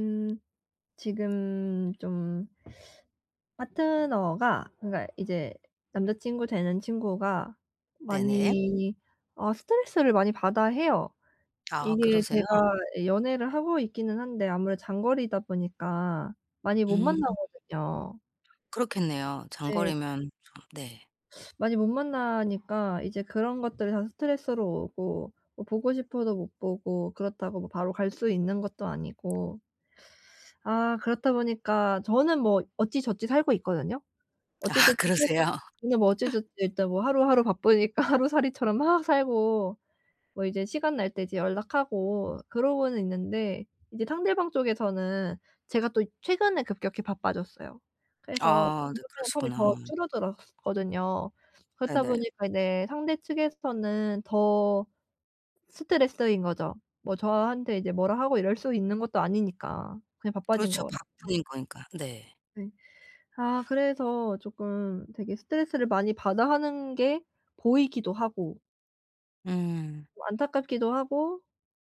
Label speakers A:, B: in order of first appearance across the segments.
A: 음 지금 좀 파트너가 그러니까 이제 남자 친구 되는 친구가
B: 네네.
A: 많이 스트레스를 많이 받아 해요.
B: 아
A: 이게
B: 그러세요?
A: 제가 연애를 하고 있기는 한데 아무래도 장거리다 보니까 많이 못
B: 음
A: 만나거든요.
B: 그렇겠네요.
A: 네.
B: 장거리면 좀 네.
A: 많이 못 만나니까 이제 그런 것들이 다 스트레스로 오고 뭐 보고 싶어도 못 보고 그렇다고 뭐 바로 갈 수 있는 것도 아니고 아 그렇다 보니까 저는 뭐 어찌저찌 살고 있거든요. 어찌
B: 아
A: 될지
B: 그러세요?
A: 맨날 뭐 어찌 저찌 일단 뭐 하루하루 바쁘니까 하루살이처럼 막 살고 뭐 이제 시간 날 때 이제 연락하고 그러고는 있는데 이제 상대방 쪽에서는 제가 또 최근에 급격히 바빠졌어요. 그래서
B: 아 네
A: 연락하는 텀이 더
B: 그러시구나.
A: 줄어들었거든요. 그렇다
B: 네네.
A: 보니까 이제 상대 측에서는 더 스트레스인 거죠. 뭐 저한테 이제 뭐라 하고 이럴 수 있는 것도 아니니까. 그냥 바빠진
B: 그렇죠.
A: 거라.
B: 바쁜 거니까. 네.
A: 네. 아 그래서 쪼끔 되게 스트레스를 많이 받아 하는 게 보이기도 하고
B: 음
A: 좀 안타깝기도 하고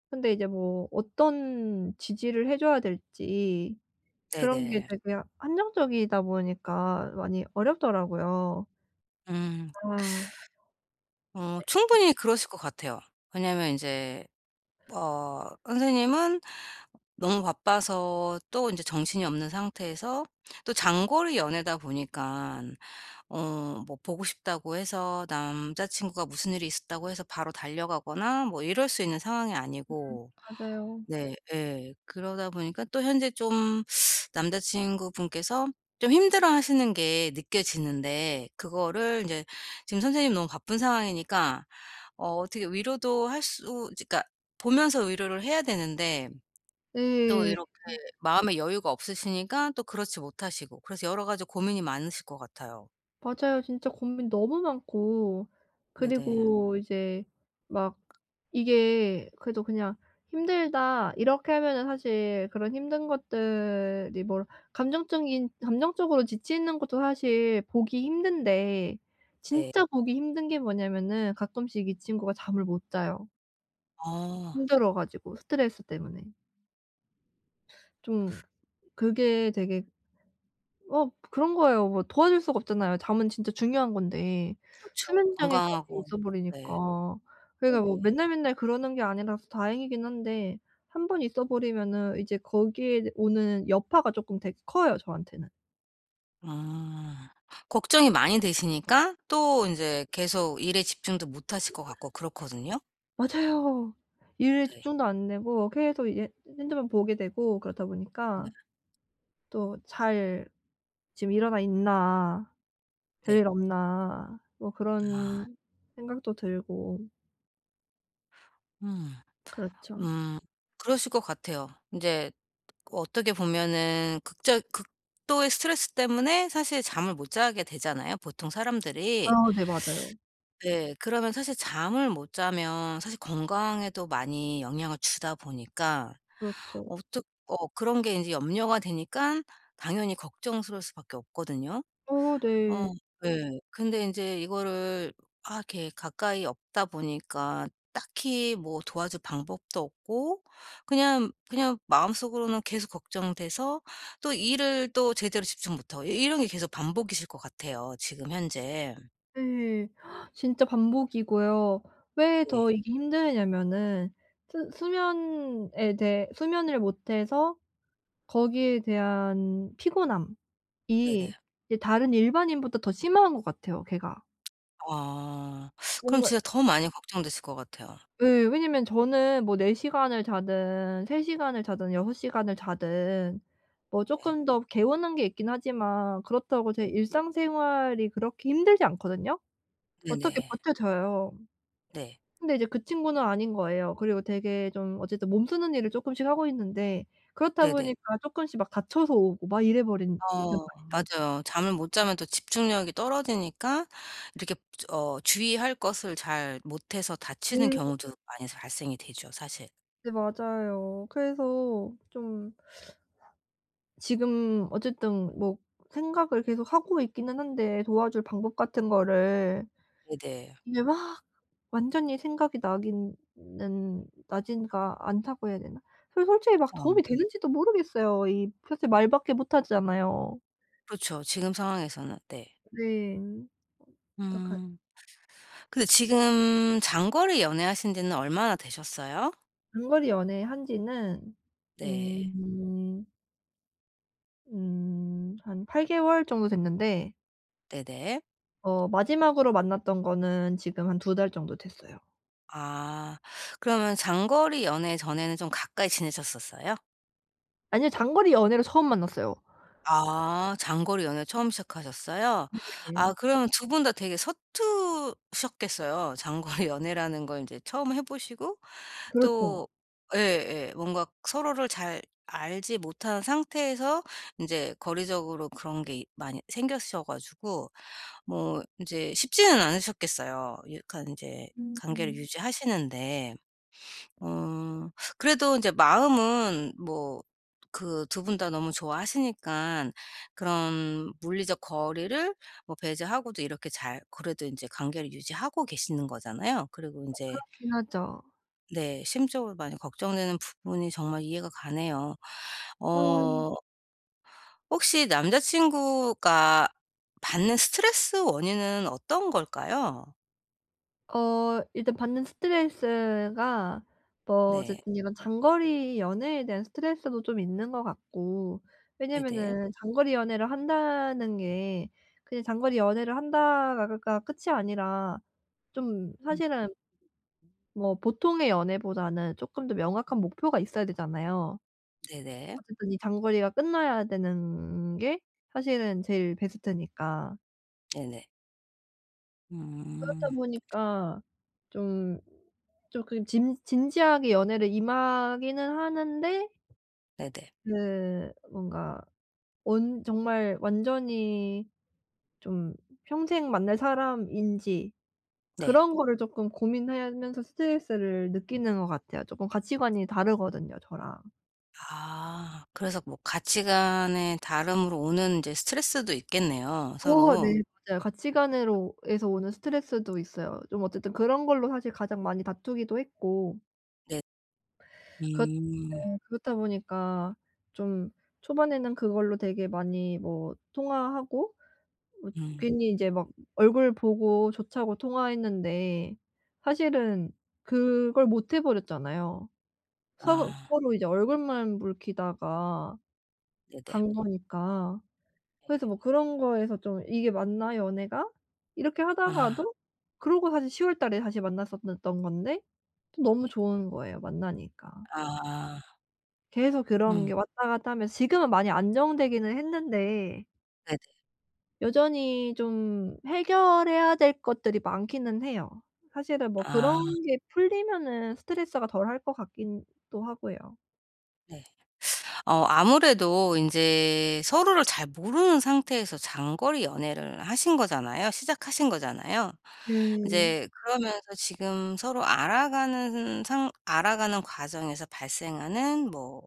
A: 근데 이제 뭐 어떤 지지를 해 줘야 될지 그런 게
B: 네네.
A: 되게 한정적이다 보니까 많이 어렵더라고요.
B: 음.
A: 아.
B: 충분히 그러실 것 같아요. 왜냐면 인제 선생님은 너무 바빠서 또 인제 정신이 없는 상태에서 또 장거리 연애다 보니깐 뭐 보고 싶다고 해서 남자 친구가 무슨 일이 있었다고 해서 바로 달려가거나 뭐 이럴 수 있는 상황이 아니고
A: 맞아요.
B: 네 예. 그러다 보니까 또 현재 좀 남자 친구분께서 좀 힘들어하시는 게 느껴지는데 그거를 이제 지금 선생님 너무 바쁜 상황이니까 어떻게 위로도 할 수 그러니까 보면서 위로를 해야 되는데 또
A: 네.
B: 이렇게 마음의 여유가 없으시니까 또 그렇지 못하시고 그래서 여러 가지 고민이 많으실 것 같아요.
A: 맞아요. 진짜 고민 너무 많고
B: 네네.
A: 그리고 이제 막 이게 그래도 그냥 '힘들다.' 이렇게 하면은 사실 그런 힘든 것들이 뭐 감정적인 감정적으로 지치는 것도 사실 보기 힘든데
B: 네.
A: 진짜 보기 힘든 게 뭐냐면은 가끔씩 이 친구가 잠을 못 자요
B: 아
A: 힘들어 가지고 스트레스 때문에. 좀 그게 되게 그런 거예요. 뭐 도와줄 수가 없잖아요. 잠은 진짜 중요한 건데
B: 그쵸.
A: 수면 장애까지
B: 건강하고
A: 있어
B: 네.
A: 버리니까. 그러니까 뭐
B: 네네.
A: 맨날 맨날 그러는 게 아니라서 다행이긴 한데 한 번 있어 버리면은 이제 거기에 오는 여파가 쪼끔 되게 커요 저한테는.
B: 아. 걱정이 많이 되시니까 또 인제 계속 일에 집중도 못 하실 것 같고 그렇거든요.
A: 맞아요. 일에
B: 네.
A: 집중도 안 되고 계속 이제 핸드만 보게 되고 그렇다
B: 네.
A: 보니까 또 '잘 지금 일어나 있나.
B: 네.
A: 별일 없나.' 뭐
B: 아.
A: 그런 생각도 들고
B: 음.
A: 그렇죠.
B: 음. 그러실 것 같아요. 인제 어떻게 보면은 극적 극도의 스트레스 때문에 사실 잠을 못 자게 되잖아요 보통
A: 아
B: 사람들이.
A: 네 맞아요.
B: 네. 그러면 사실 잠을 못 자면 사실 건강에도 많이 영향을 주다 보니까
A: 그렇죠.
B: 어떻 어 그런 게 인제 염려가 되니깐 당연히 걱정스러울 수밖에 없거든요.
A: 어 네.
B: 어 예. 근데 인제 이거를 이렇게 가까이 없다 보니까 딱히 뭐 도와줄 방법도 없고 그냥 그냥 마음속으로는 계속 걱정돼서 또 일을 또 제대로 집중 못하고 이 이런 게 계속 반복이실 것 같아요 지금 현재.
A: 네. 진짜 반복이고요. 왜
B: 네.
A: 더 이게 힘드냐면은 수 수면에 대해 수면을 못해서 거기에 대한 피곤함이
B: 네네.
A: 이제 다른 일반인보다 더 심한 것 같아요 걔가.
B: 아. 그럼
A: 뭔가
B: 진짜 더 많이 걱정되실 것 같아요.
A: 예. 왜냐면 저는 뭐 4 시간을 자든 3 시간을 자든 6 시간을 자든 뭐
B: 네.
A: 쪼끔 더 개운한 게 있긴 하지만 그렇다고 제
B: 네.
A: 일상생활이 그렇게 힘들지 않거든요. 어떻게
B: 네네.
A: 버텨져요.
B: 네.
A: 근데 이제 그 친구는 아닌 거예요. 그리고 되게 좀 어쨌든 몸 쓰는 일을 쪼끔씩 하고 있는데 그렇다
B: 네네.
A: 보니까 쪼끔씩 막 다쳐서 오고 막 이래 버린단 말이죠.
B: 맞아요. 잠을 못 자면 또 집중력이 떨어지니까 이렇게 주의할 것을 잘 못해서 다치는
A: 네.
B: 경우도 많이 발생이 되죠 사실.
A: 네 맞아요. 그래서 좀 지금 어쨌든 뭐 생각을 계속 하고 있기는 한데 도와줄 방법 같은 거를
B: 네네.
A: 이게 막 완전히 생각이 나기는 나지가 않다고 해야 되나? 그 솔직히 막
B: 어.
A: 도움이 되는지도 모르겠어요. 이 사실 말밖에 못 하잖아요.
B: 그렇죠. 지금 상황에서는. 네.
A: 네. 어떡하
B: 음. 근데 지금 장거리 연애하신 지는 얼마나 되셨어요?
A: 장거리 연애 한 지는
B: 네.
A: 음 한 8 개월 정도 됐는데
B: 네네.
A: 마지막으로 만났던 거는 지금 한 2달 정도 됐어요.
B: 아. 그러면 장거리 연애 전에는 좀 가까이 지내셨었어요?
A: 아니요. 장거리 연애로 처음 만났어요.
B: 아 장거리 연애 처음 시작하셨어요?
A: 네.
B: 아 그러면 두 분 다 되게 서투셨겠어요. 장거리 연애라는 걸 인제 처음 해 보시고
A: 그렇죠.
B: 또 예예. 뭔가 서로를 잘 알지 못한 상태에서 인제 거리적으로 그런 게 많이 생겼어 가지고 뭐 인제 쉽지는 않으셨겠어요. 약간 인제 관계를
A: 음.
B: 유지하시는데. 어. 그래도 이제 마음은 뭐 그 두 분 다 너무 좋아하시니까 그런 물리적 거리를 뭐 배제하고도 이렇게 잘 그래도 이제 관계를 유지하고 계시는 거잖아요. 그리고 이제
A: 그렇긴 하죠.
B: 네 심적으로 많이 걱정되는 부분이 정말 이해가 가네요.
A: 아.
B: 어 혹시 남자친구가 받는 스트레스 원인은 어떤 걸까요?
A: 일단 받는 스트레스가 뭐
B: 네.
A: 어쨌든 이런 장거리 연애에 대한 스트레스도 좀 있는 것 같고
B: 네네.
A: 왜냐면은 장거리 연애를 한다는 게 그냥 장거리 연애를 한다가 끝이 아니라 좀
B: 음
A: 사실은 뭐 보통의 연애보다는 쪼끔 더 명확한 목표가 있어야 되잖아요.
B: 네네.
A: 어쨌든 이 장거리가 끝나야 되는 게 사실은 제일 베스트니까.
B: 네네.
A: 그렇다
B: 음.
A: 보니까 좀 좀 그 진 진지하게 연애를 임하기는 하는데
B: 네네.
A: 그 뭔가 온 정말 완전히 좀 평생 만날 사람인지
B: 네.
A: 그런 거를 쪼끔 고민하면서 스트레스를 느끼는 것 같아요. 쪼끔 가치관이 다르거든요, 저랑.
B: 아. 그래서 뭐 가치관의 다름으로 오는 이제 스트레스도 있겠네요,
A: 어
B: 서로.
A: 네. 맞아요. 가치관으로 에서 오는 스트레스도 있어요. 좀 어쨌든 그런 걸로 사실 가장 많이 다투기도 했고
B: 네.
A: 그렇
B: 음.
A: 네. 그렇다 보니까 좀 초반에는 그걸로 되게 많이 뭐 통화하고 뭐
B: 음.
A: 괜히 이제 막 얼굴 보고 좋자고 통화했는데 사실은 그걸 못 해 버렸잖아요. 서로
B: 아.
A: 서로 이제 얼굴만 붉히다가
B: 네네.
A: 간 거니까. 그래서 뭐 그런 거에서 좀 '이게 맞나 연애가?' 이렇게
B: 아.
A: 하다가도 그러고 사실 10월달 월달에 다시 만났었던 건데 또 너무 좋은 거예요 만나니까.
B: 아.
A: 계속 그런 게
B: 음.
A: 왔다 갔다 하면서 지금은 많이 안정되기는 했는데
B: 네네.
A: 여전히 좀 해결해야 될 것들이 많기는 해요. 사실은 뭐
B: 아.
A: 그런 게 풀리면은 스트레스가 덜 할 것 같긴 또 하고요.
B: 네. 아무래도 이제 서로를 잘 모르는 상태에서 장거리 연애를 하신 거잖아요. 시작하신 거잖아요. 이
A: 네.
B: 제 그러면서 지금 서로 알아가는 과정에서 발생하는 뭐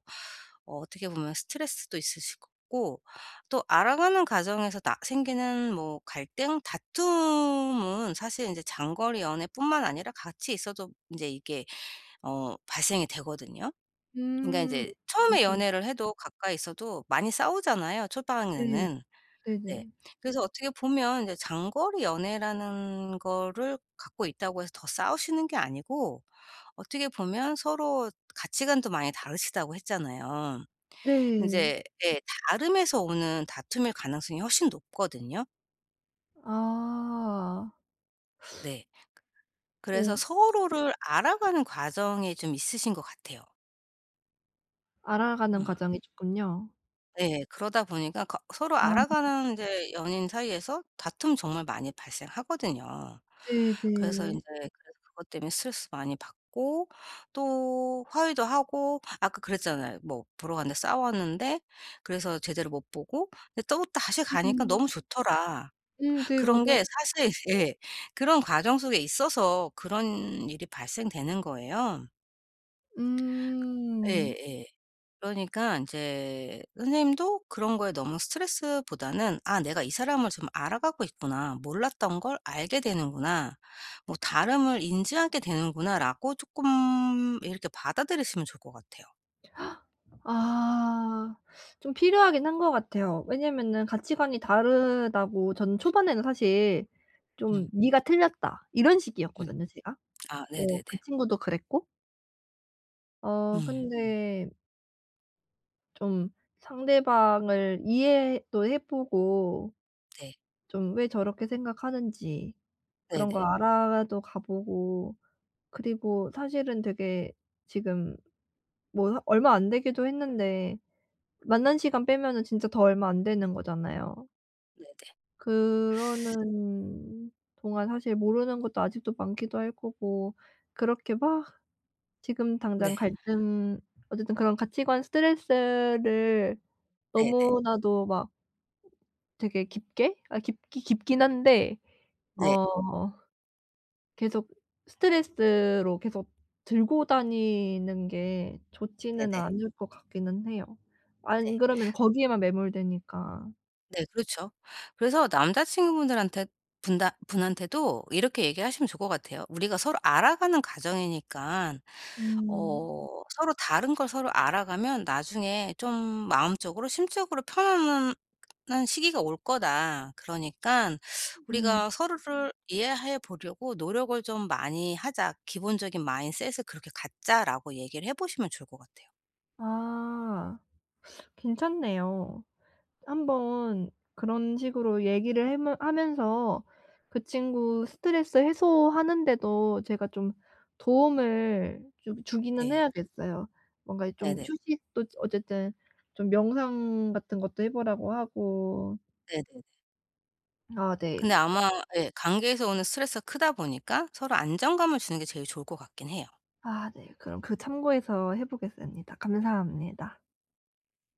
B: 어떻게 보면 스트레스도 있으실 거고 또 알아가는 과정에서 나 생기는 뭐 갈등, 다툼은 사실 이제 장거리 연애뿐만 아니라 같이 있어도 이제 이게 발생이 되거든요. 그러니까 이
A: 음.
B: 제 처음에
A: 그렇긴
B: 연애를 해도 가까이 있어도 많이 싸우잖아요,
A: 네.
B: 초반에는. 네.
A: 네네.
B: 그래서 어떻게 보면 이제 장거리 연애라는 거를 갖고 있다고 해서 더 싸우시는 게 아니고 어떻게 보면 서로 가치관도 많이 다르시다고 했잖아요.
A: 네.
B: 인제 예 다름에서 오는 다툼일 가능성이 훨씬 높거든요.
A: 아.
B: 네. 그래서
A: 오
B: 서로를 알아가는 과정이 좀 있으신 것 같아요.
A: 알아가는
B: 음.
A: 과정이 좋군요.
B: 네. 그러다 보니까 거 서로
A: 아
B: 알아가는 인제 연인 사이에서 다툼 정말 많이 발생하거든요. 그래서 인제
A: 네네.
B: 그래서 그것 때문에 스트레스 많이 받고 또 화해도 하고 아까 그랬잖아요. 뭐 보러 갔는데 싸웠는데 그래서 제대로 못 보고 근데 또 다시 가니까
A: 음.
B: 너무 좋더라.
A: 네
B: 그런
A: 맞아요.
B: 게 사실 예. 그런 과정 속에 있어서 그런 일이 발생되는 거예요.
A: 음.
B: 예예. 그러니까 인제 선생님도 그런 거에 너무 스트레스보다는 '아 내가 이 사람을 좀 알아가고 있구나. 몰랐던 걸 알게 되는구나. 뭐 다름을 인지하게 되는구나.'라고 쪼끔 이렇게 받아들이시면 좋을 것 같아요.
A: 아. 좀 필요하긴 한 것 같아요. 왜냐면은 가치관이 다르다고 저는 초반에는 사실
B: 음.
A: 좀 "네가 틀렸다." 이런
B: 음.
A: 식이었거든요, 제가.
B: 아
A: 뭐
B: 네네네.
A: 그 친구도 그랬고.
B: 음.
A: 근데 좀 상대방을 이해도 해 보고
B: 네.
A: 좀 왜 저렇게 생각하는지 그런
B: 네네.
A: 거 알아도 가 보고 그리고 사실은 되게 지금 뭐 얼마 안 되기도 했는데 만난 시간 빼면은 진짜 더 얼마 안 되는 거잖아요.
B: 네네.
A: 그러는 동안 사실 모르는 것도 아직도 많기도 할 거고 그렇게 막 지금 당장
B: 네.
A: 갈등 어쨌든 그런 가치관 스트레스를
B: 네네.
A: 너무나도 막 되게 깊게 깊기 깊긴 한데
B: 네.
A: 어 계속 스트레스로 계속 들고 다니는 게
B: 네네.
A: 좋지는
B: 네.
A: 않을 것 같기는 해요. 안
B: 네.
A: 그러면 거기에만 매몰되니까.
B: 네 그렇죠. 그래서 남자 친구분들한테 분다 분한테도 이렇게 얘기하시면 좋을 것 같아요. 우리가 서로 알아가는 과정이니까
A: 음
B: 서로 다른 걸 서로 알아가면 나중에 좀 마음적으로 심적으로 편안한 시기가 올 거다. 그러니까
A: 네.
B: 우리가 서로를 이해해 보려고 노력을 좀 많이 하자. 기본적인 마인셋을 그렇게 갖자.'라고 얘기를 해 보시면 좋을 것 같아요.
A: 아. 괜찮네요. 한번 그런 식으로 얘기를 해면 하면서 그 친구 스트레스 해소하는 데도 제가 좀 도움을 주 주기는
B: 네.
A: 해야겠어요. 뭔가 좀
B: 네네.
A: 휴식도 어쨌든 좀 명상 같은 것도 해 보라고 하고.
B: 네네.
A: 아 네.
B: 근데 아마 예 관계에서 오는 스트레스가 크다 보니까 서로 안정감을 주는 게 제일 좋을 것 같긴 해요.
A: 아 네. 그럼 그 참고해서 해 보겠습니다. 감사합니다.